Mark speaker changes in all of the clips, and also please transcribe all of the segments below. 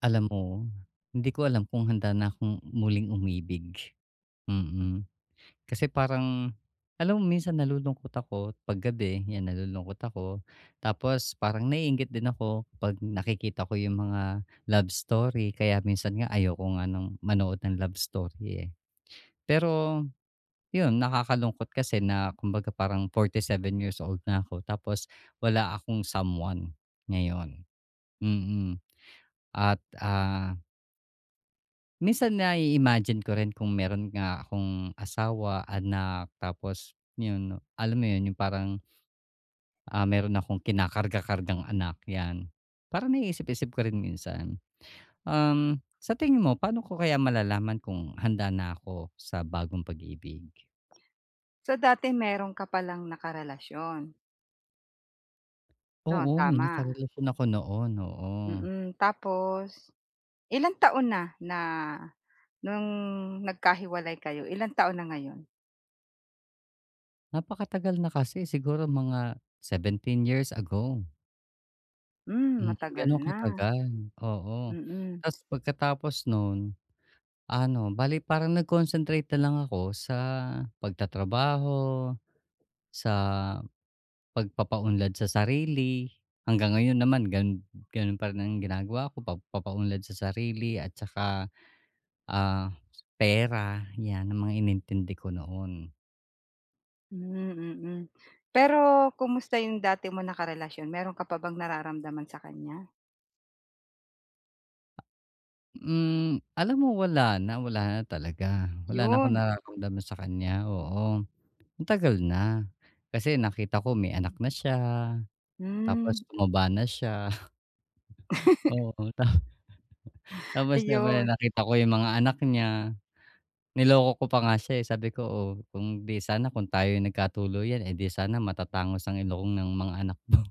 Speaker 1: Alam mo, hindi ko alam kung handa na akong muling umibig. Mm. Kasi parang alam mo minsan nalulungkot ako 'pag gabi, 'yan nalulungkot ako. Tapos parang naiinggit din ako 'pag nakikita ko yung mga love story kaya minsan nga ayoko nga ng manood ng love story, eh. Pero yun, nakakalungkot kasi na kumbaga parang 47 years old na ako tapos wala akong someone ngayon. Mm. At, minsan na imagine ko rin kung meron nga akong asawa, anak, tapos yun, alam mo yun, yung parang, meron akong kinakarga-kargang anak, yan. Parang naiisip-isip ko rin minsan. Sa tingin mo, paano ko kaya malalaman kung handa na ako sa bagong pag-ibig?
Speaker 2: So, dati meron ka palang nakarelasyon, 'no,
Speaker 1: Oo, may
Speaker 2: tama?
Speaker 1: nakarelasyon ako noon, oo.
Speaker 2: Mm, tapos ilang taon na na nung nagkahiwalay kayo, ilang taon na ngayon?
Speaker 1: Napakatagal na kasi, siguro mga 17 years ago.
Speaker 2: Hmm,
Speaker 1: Mm,
Speaker 2: matagal
Speaker 1: gano'n
Speaker 2: na.
Speaker 1: katagal, oo.
Speaker 2: Mm,
Speaker 1: Ta's pagkatapos noon, ano, bale parang nag-concentrate na lang ako sa pagtatrabaho, sa pagpapaunlad sa sarili. Hanggang ngayon naman ganun ganun pa rin ang ginagawa ko, pagpapaunlad sa sarili at saka, ah, pera, 'yan ang mga inintindi ko noon.
Speaker 2: hmm, mm. Pero kumusta yung dati mong nakarelasyon, meron ka pa bang nararamdaman sa kanya?
Speaker 1: Alam mo wala na talaga. Wala na akong
Speaker 2: Yun,
Speaker 1: nararamdaman sa kanya, oo. Ang tagal na. Kasi nakita ko may anak na siya, tapos
Speaker 2: hmm,
Speaker 1: tumaba na siya, oo. Tapos siyempre
Speaker 2: ayun,
Speaker 1: nakita ko yung mga anak niya, niloko ko pa nga siya, eh, sabi ko, "Oh, kung 'di sana kung tayo yung nagkatuluyan, eh, 'di sana matatangos ang ilong ng mga anak mo."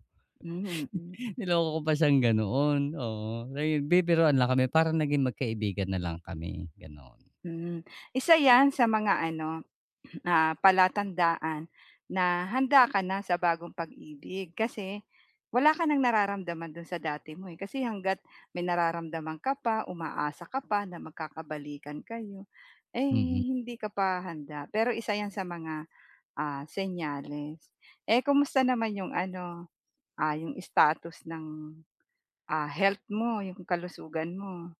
Speaker 2: hmm, mm.
Speaker 1: Niloko ko pa siyang ganoon, oo. Ayun, bibiruan lang kami, parang naging magkaibigan na lang kami, ganoon.
Speaker 2: Hmm, isa 'yan sa mga ano, palatandaan na handa ka na sa bagong pag-ibig kasi wala ka ng nararamdaman dun sa dati mo, eh. Kasi hangga't may nararamdaman ka pa, umaasa ka pa na magkakabalikan kayo, eh,
Speaker 1: Mm.
Speaker 2: hindi ka pa handa. Pero isa 'yan sa mga, senyales. Eh, kumusta naman yung ano, yung status ng, health mo, yung kalusugan mo?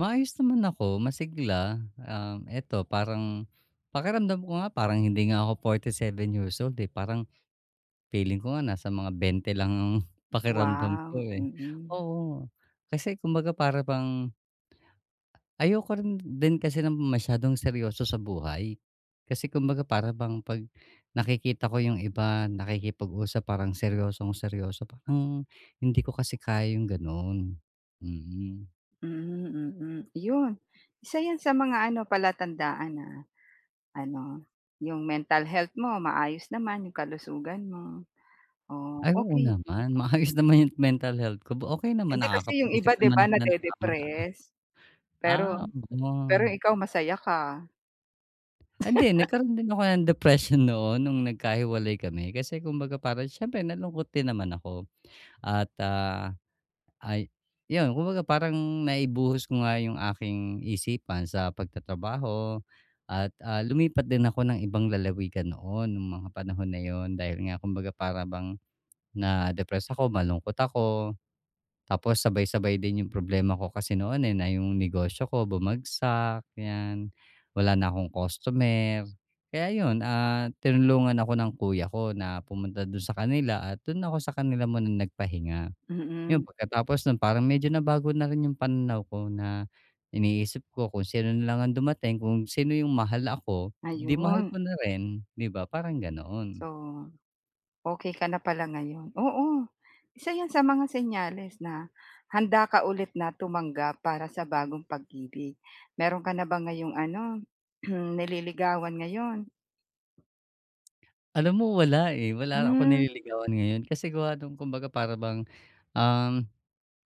Speaker 1: Maayos naman ako, masigla, eto parang pakiramdam ko nga parang hindi nga ako 7 years old, eh, parang feeling ko nga nasa mga 20 lang ang pakiramdam ko,
Speaker 2: Wow,
Speaker 1: eh.
Speaker 2: mm.
Speaker 1: Oo, kasi kumbaga para bang ayoko rin din kasi ng masyadong seryoso sa buhay. Kasi kumbaga para bang 'pag nakikita ko yung iba nakikipag-usap parang seryosong-seryoso, parang hindi ko kasi kaya yung gano'n. Mm.
Speaker 2: Mm, mm. 'Yun, isa 'yan sa mga ano palatandaan na ano, yung mental health mo maayos naman, yung kalusugan mo, oh,
Speaker 1: Ay, oo
Speaker 2: okey.
Speaker 1: naman, maayos naman yung mental health ko, okay naman
Speaker 2: Hindi kasi yung
Speaker 1: nakakapag-isip
Speaker 2: iba 'di
Speaker 1: naman
Speaker 2: ba
Speaker 1: ako ng tama.
Speaker 2: nade-depress, pero
Speaker 1: Ah,
Speaker 2: pero
Speaker 1: oo.
Speaker 2: ikaw masaya ka,
Speaker 1: Hindi, nagkaroon din ako ng depression noon nung nagkahiwalay kami kasi kumbaga parang siyempre nalungkot din naman ako at, ay yun kumbaga parang naibuhos ko nga yung aking isipan sa pagtatrabaho at, lumipat din ako ng ibang lalawigan noon nung mga panahon na yon dahil nga kumbaga para bang na-depress ako, malungkot ako. Tapos sabay-sabay din yung problema ko kasi noon, eh, na yung negosyo ko bumagsak, 'yan. Wala na akong customer. Kaya yun, tinulungan ako ng kuya ko na pumunta dun sa kanila at dun ako sa kanila muna nagpahinga. Yun,
Speaker 2: mm.
Speaker 1: pagkatapos nun parang medyo nabago na rin yung pananaw ko na iniisip ko kung sino na lang ang dumating, kung sino yung mahal ako, 'di mahal
Speaker 2: Ayun,
Speaker 1: ko na rin, 'di ba? Parang ganoon.
Speaker 2: so okey ka na pala ngayon, oo. Isa 'yan sa mga senyales na handa ka ulit na tumanggap para sa bagong pag-ibig. Meron ka na ba ngayong ano, nililigawan ngayon?
Speaker 1: Alam mo wala, eh, wala akong
Speaker 2: Hmm.
Speaker 1: nililigawan ngayon kasi gawa nung kumbaga para bang, um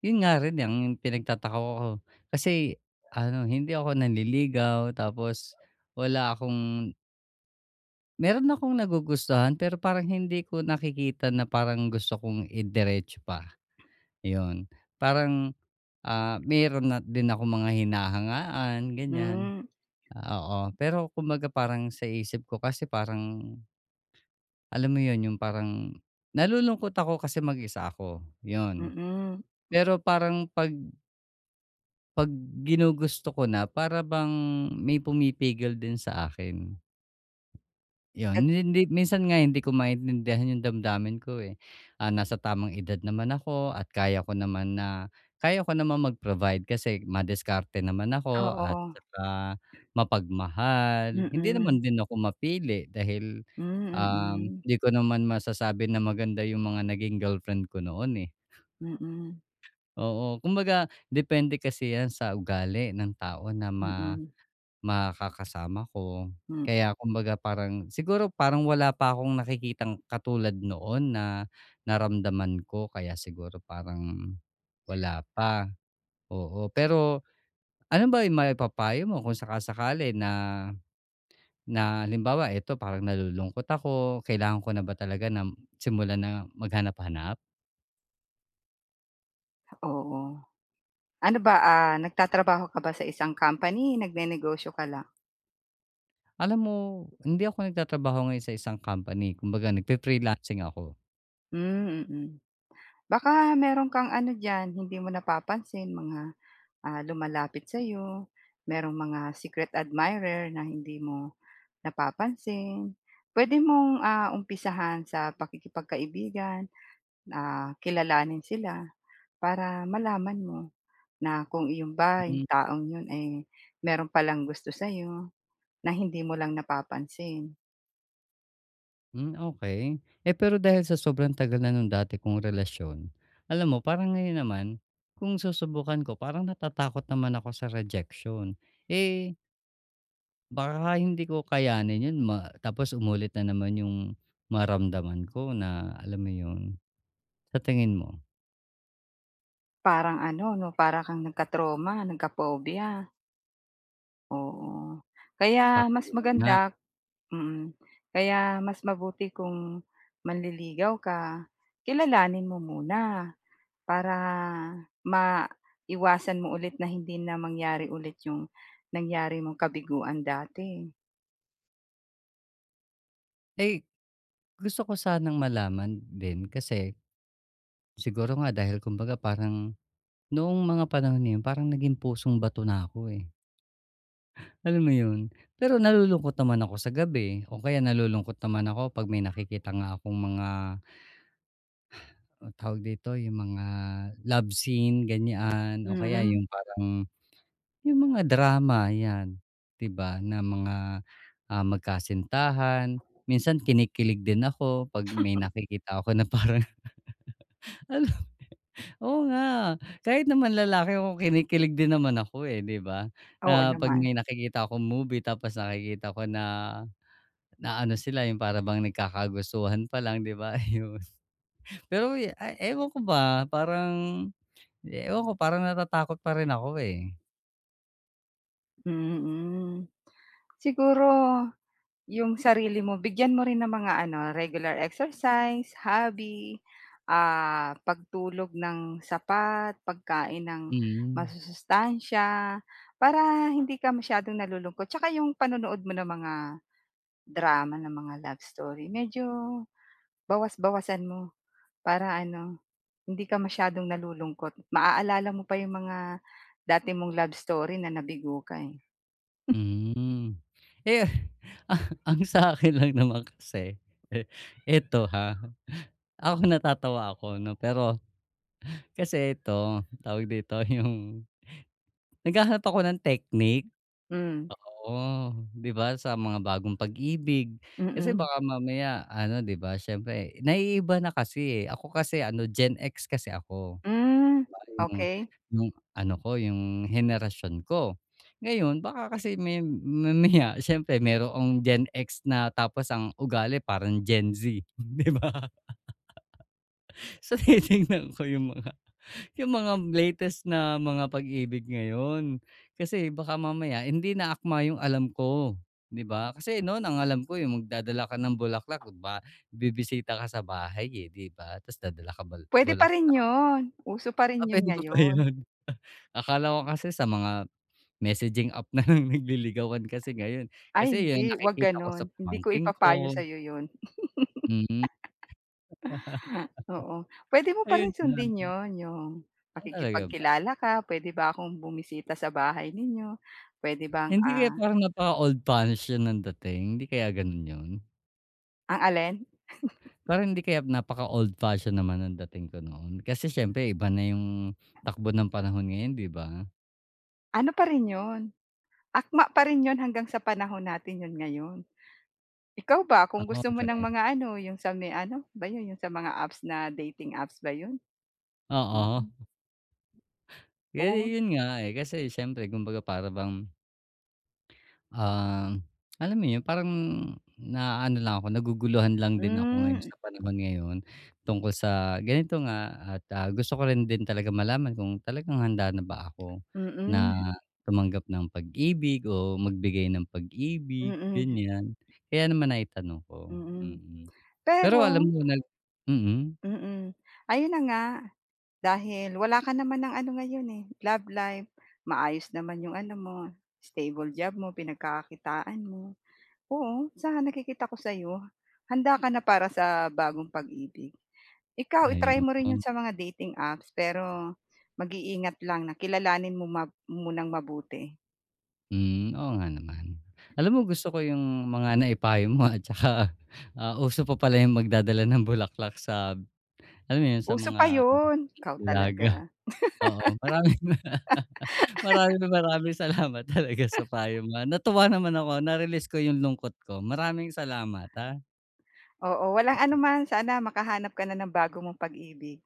Speaker 1: Yun nga rin ang pinagtataka ko kasi ano, hindi ako nanliligaw tapos wala akong meron akong nagugustuhan pero parang hindi ko nakikita na parang gusto kong idiretso pa, yun. Parang, meron na din ako mga hinahangaan ganyan,
Speaker 2: Hmm,
Speaker 1: Ah, oo. Pero kumbaga parang sa isip ko kasi parang alam mo yun yung parang nalulungkot ako kasi mag-isa ako, yun.
Speaker 2: mm.
Speaker 1: Pero parang 'pag ginugusto ko na para bang may pumipigil din sa akin. 'Yun,
Speaker 2: Nag
Speaker 1: hindi minsan nga hindi ko maintindihan yung damdamin ko, eh. Ah, nasa tamang edad naman ako at kaya ko naman mag-provide kasi madiskarte naman ako at
Speaker 2: oo,
Speaker 1: saka mapagmahal. Hindi
Speaker 2: mm.
Speaker 1: naman din ako mapili dahil,
Speaker 2: Hmm,
Speaker 1: um,
Speaker 2: mm.
Speaker 1: hindi ko naman masasabi na maganda yung mga naging girlfriend ko noon, eh.
Speaker 2: Mm,
Speaker 1: Oo, kumbaga depende kasi 'yan sa ugali ng tao na ma
Speaker 2: mm,
Speaker 1: Makakasama ko.
Speaker 2: hmm,
Speaker 1: Kaya kumbaga parang siguro parang wala pa akong nakikitang katulad noon na naramdaman ko kaya siguro parang wala pa, oo. Pero ano ba yung maipapayo mo kung saka-sakali na na halimbawa eto parang nalulungkot ako, kailangan ko na ba talaga na simulan na maghanap-hanap?
Speaker 2: oo. Ano ba, nagtatrabaho ka ba sa isang company, nagnenegosyo ka lang?
Speaker 1: Alam mo hindi ako nagtatrabaho ngayon sa isang company kumbaga nagfi-freelancing ako.
Speaker 2: Hmm, mm. Baka meron kang ano diyan, hindi mo napapansin mga, lumalapit sa'yo, merong mga secret admirer na hindi mo napapansin. Puwede mong, umpisahan sa pakikipagkaibigan, kilalanin sila para malaman mo. Na kung iyon ba, yung taong yun, eh, meron palang gusto sa'yo na hindi mo lang napapansin.
Speaker 1: Hmm, okey. Eh, pero dahil sa sobrang tagal na nung dati kong relasyon, alam mo parang ngayon naman, kung susubukan ko parang natatakot naman ako sa rejection. Eh, baka hindi ko kayanin yun tapos umulit na naman yung maramdaman ko na alam mo yun? Sa tingin mo?
Speaker 2: Parang ano 'no, para kang nagka-trauma, nagka-phobia, oo. Kaya
Speaker 1: Parang
Speaker 2: mas
Speaker 1: ganun nga.
Speaker 2: maganda mm, kaya mas mabuti kung manliligaw ka, kilalanin mo muna para maiwasan mo ulit na hindi na mangyari ulit yung nangyari mong kabiguan dati.
Speaker 1: Eh, gusto ko sanang malaman din kasi siguro nga dahil kumbaga parang noong mga panahon na yun parang naging pusong bato na ako, eh. Alam mo yun? Pero nalulungkot naman ako sa gabi o kaya nalulungkot naman ako 'pag may nakikita nga akong mga, anong tawag dito, yung mga love scene, ganyan o kaya
Speaker 2: Mm,
Speaker 1: yung parang yung mga drama, 'yan, 'di ba, na mga, magkasintahan. Minsan kinikilig din ako 'pag may nakikita ako na parang ala oo nga, kahit naman lalaki ako kinikilig din naman ako, eh, 'di ba?
Speaker 2: oo
Speaker 1: Na 'pag
Speaker 2: naman,
Speaker 1: may nakikita ako movie tapos nakikita ko na Na ano sila yung para bang nagkakagustuhan pa lang 'di ba yun Pero eh, ewan ko ba parang ewan ko parang natatakot pa rin ako eh.
Speaker 2: mm. Siguro yung sarili mo bigyan mo rin ng mga ano, regular exercise, hobby, pagtulog ng sapat, pagkain ng
Speaker 1: Mm.
Speaker 2: masusustansya, para hindi ka masyadong nalulungkot. Tsaka yung panonood mo ng mga drama, ng mga love story, medyo bawas-bawasan mo para ano, hindi ka masyadong nalulungkot. Maaalala mo pa yung mga dati mong love story na nabigo ka, eh.
Speaker 1: Hmm. Eh, ang sa akin lang naman kasi, eh, ito ha, ako natatawa ako 'no pero kasi ito, tawag dito yung naghahanap ako ng technique.
Speaker 2: Hmm, mm.
Speaker 1: Oo, 'di ba sa mga bagong pag-ibig. Kasi
Speaker 2: Mm-mm.
Speaker 1: baka mamaya ano 'di ba siyempre naiiba na kasi, eh. Ako kasi ano Gen X kasi ako,
Speaker 2: Hmm,
Speaker 1: yung
Speaker 2: okey.
Speaker 1: yung ano ko yung henerasyon ko. Ngayon baka kasi may mamaya siyempre mayroong Gen X na tapos ang ugali parang Gen Z, 'di ba? So titingnan ko yung mga latest na mga pag-ibig ngayon. Kasi baka mamaya hindi na akma yung alam ko, 'di ba? Kasi noon ang alam ko yung magdadala ka ng bulaklak ba bibisita ka sa bahay, eh, 'di ba? Tapos dadala ka
Speaker 2: Puwede pa rin
Speaker 1: bulaklak.
Speaker 2: 'yun, uso pa rin
Speaker 1: Ah,
Speaker 2: 'yun
Speaker 1: puwede pa ba yun?
Speaker 2: ngayon.
Speaker 1: Akala ko kasi sa mga messaging app na lang nagliligawan kasi ngayon.
Speaker 2: Ay
Speaker 1: Kasi yun
Speaker 2: hindi, 'wag
Speaker 1: nakikita ko
Speaker 2: gano'n,
Speaker 1: sa
Speaker 2: hindi ko
Speaker 1: pamangking
Speaker 2: ipapayo
Speaker 1: ko,
Speaker 2: sa'yo 'yun,
Speaker 1: mm.
Speaker 2: oo. Puwede mo pa
Speaker 1: Ayun
Speaker 2: rin
Speaker 1: lang.
Speaker 2: sundin 'yun, 'yung
Speaker 1: Ah, talaga ba?
Speaker 2: pakikipagkilala ka, puwede ba akong bumisita sa bahay ninyo, puwede bang,
Speaker 1: Hindi kaya
Speaker 2: ah
Speaker 1: parang napaka old fashion ang dating, hindi kaya ganun yun?
Speaker 2: ang alin?
Speaker 1: Parang hindi kaya napaka old fashion naman ang dating ko noon. Kasi siyempre iba na yung takbo ng panahon ngayon, 'di ba?
Speaker 2: Ano pa rin 'yun, akma pa rin 'yun hanggang sa panahon natin 'yun ngayon. Ikaw ba
Speaker 1: Ah,
Speaker 2: kung gusto mo ng
Speaker 1: okey.
Speaker 2: mga ano, 'yung sa may ano ba 'yun, 'yung sa mga apps na dating apps ba 'yun?
Speaker 1: Oo.
Speaker 2: Mm,
Speaker 1: Eh,
Speaker 2: oo.
Speaker 1: yun nga, eh, kasi siyempre kumbaga para bang Ah, alam mo yun, parang naaano lang ako, naguguluhan lang din ako ngayon
Speaker 2: Hmm,
Speaker 1: sa panahon ngayon tungkol sa ganito nga at, gusto ko rin din talaga malaman kung talagang handa na ba ako na
Speaker 2: mm.
Speaker 1: tumanggap ng pag-ibig o magbigay ng pag-ibig,
Speaker 2: Mm,
Speaker 1: ganyan. Kaya naman naitanong ko,
Speaker 2: mm.
Speaker 1: mm. Pero alam
Speaker 2: Pero
Speaker 1: mo mm.
Speaker 2: mm, ayun na nga, dahil wala ka naman ng ano ngayon, eh, love life, maayos naman yung ano mo, stable job mo, pinagkakakitaan mo. Oo, sa nakikita ko sa'yo, handa ka na para sa bagong pag-ibig. Ikaw,
Speaker 1: Ay,
Speaker 2: i-try mo rin
Speaker 1: oo.
Speaker 2: 'yon sa mga dating apps, pero mag-iingat lang na kilalanin mo munang mabuti.
Speaker 1: Hmm, oo nga naman. Alam mo gusto ko yung mga naipayo mo at tsaka, uso pa pala yung magdadala ng bulaklak sa alam mo yun sa
Speaker 2: Uso pa
Speaker 1: mga
Speaker 2: yun ikaw
Speaker 1: dalaga,
Speaker 2: talaga.
Speaker 1: oo. Maraming maraming maraming salamat talaga sa payo mo, ah. Natuwa naman ako na-release ko yung lungkot ko. Maraming salamat, ha.
Speaker 2: Oo, walang anuman, sana makahanap ka na ng bago mong pag-ibig.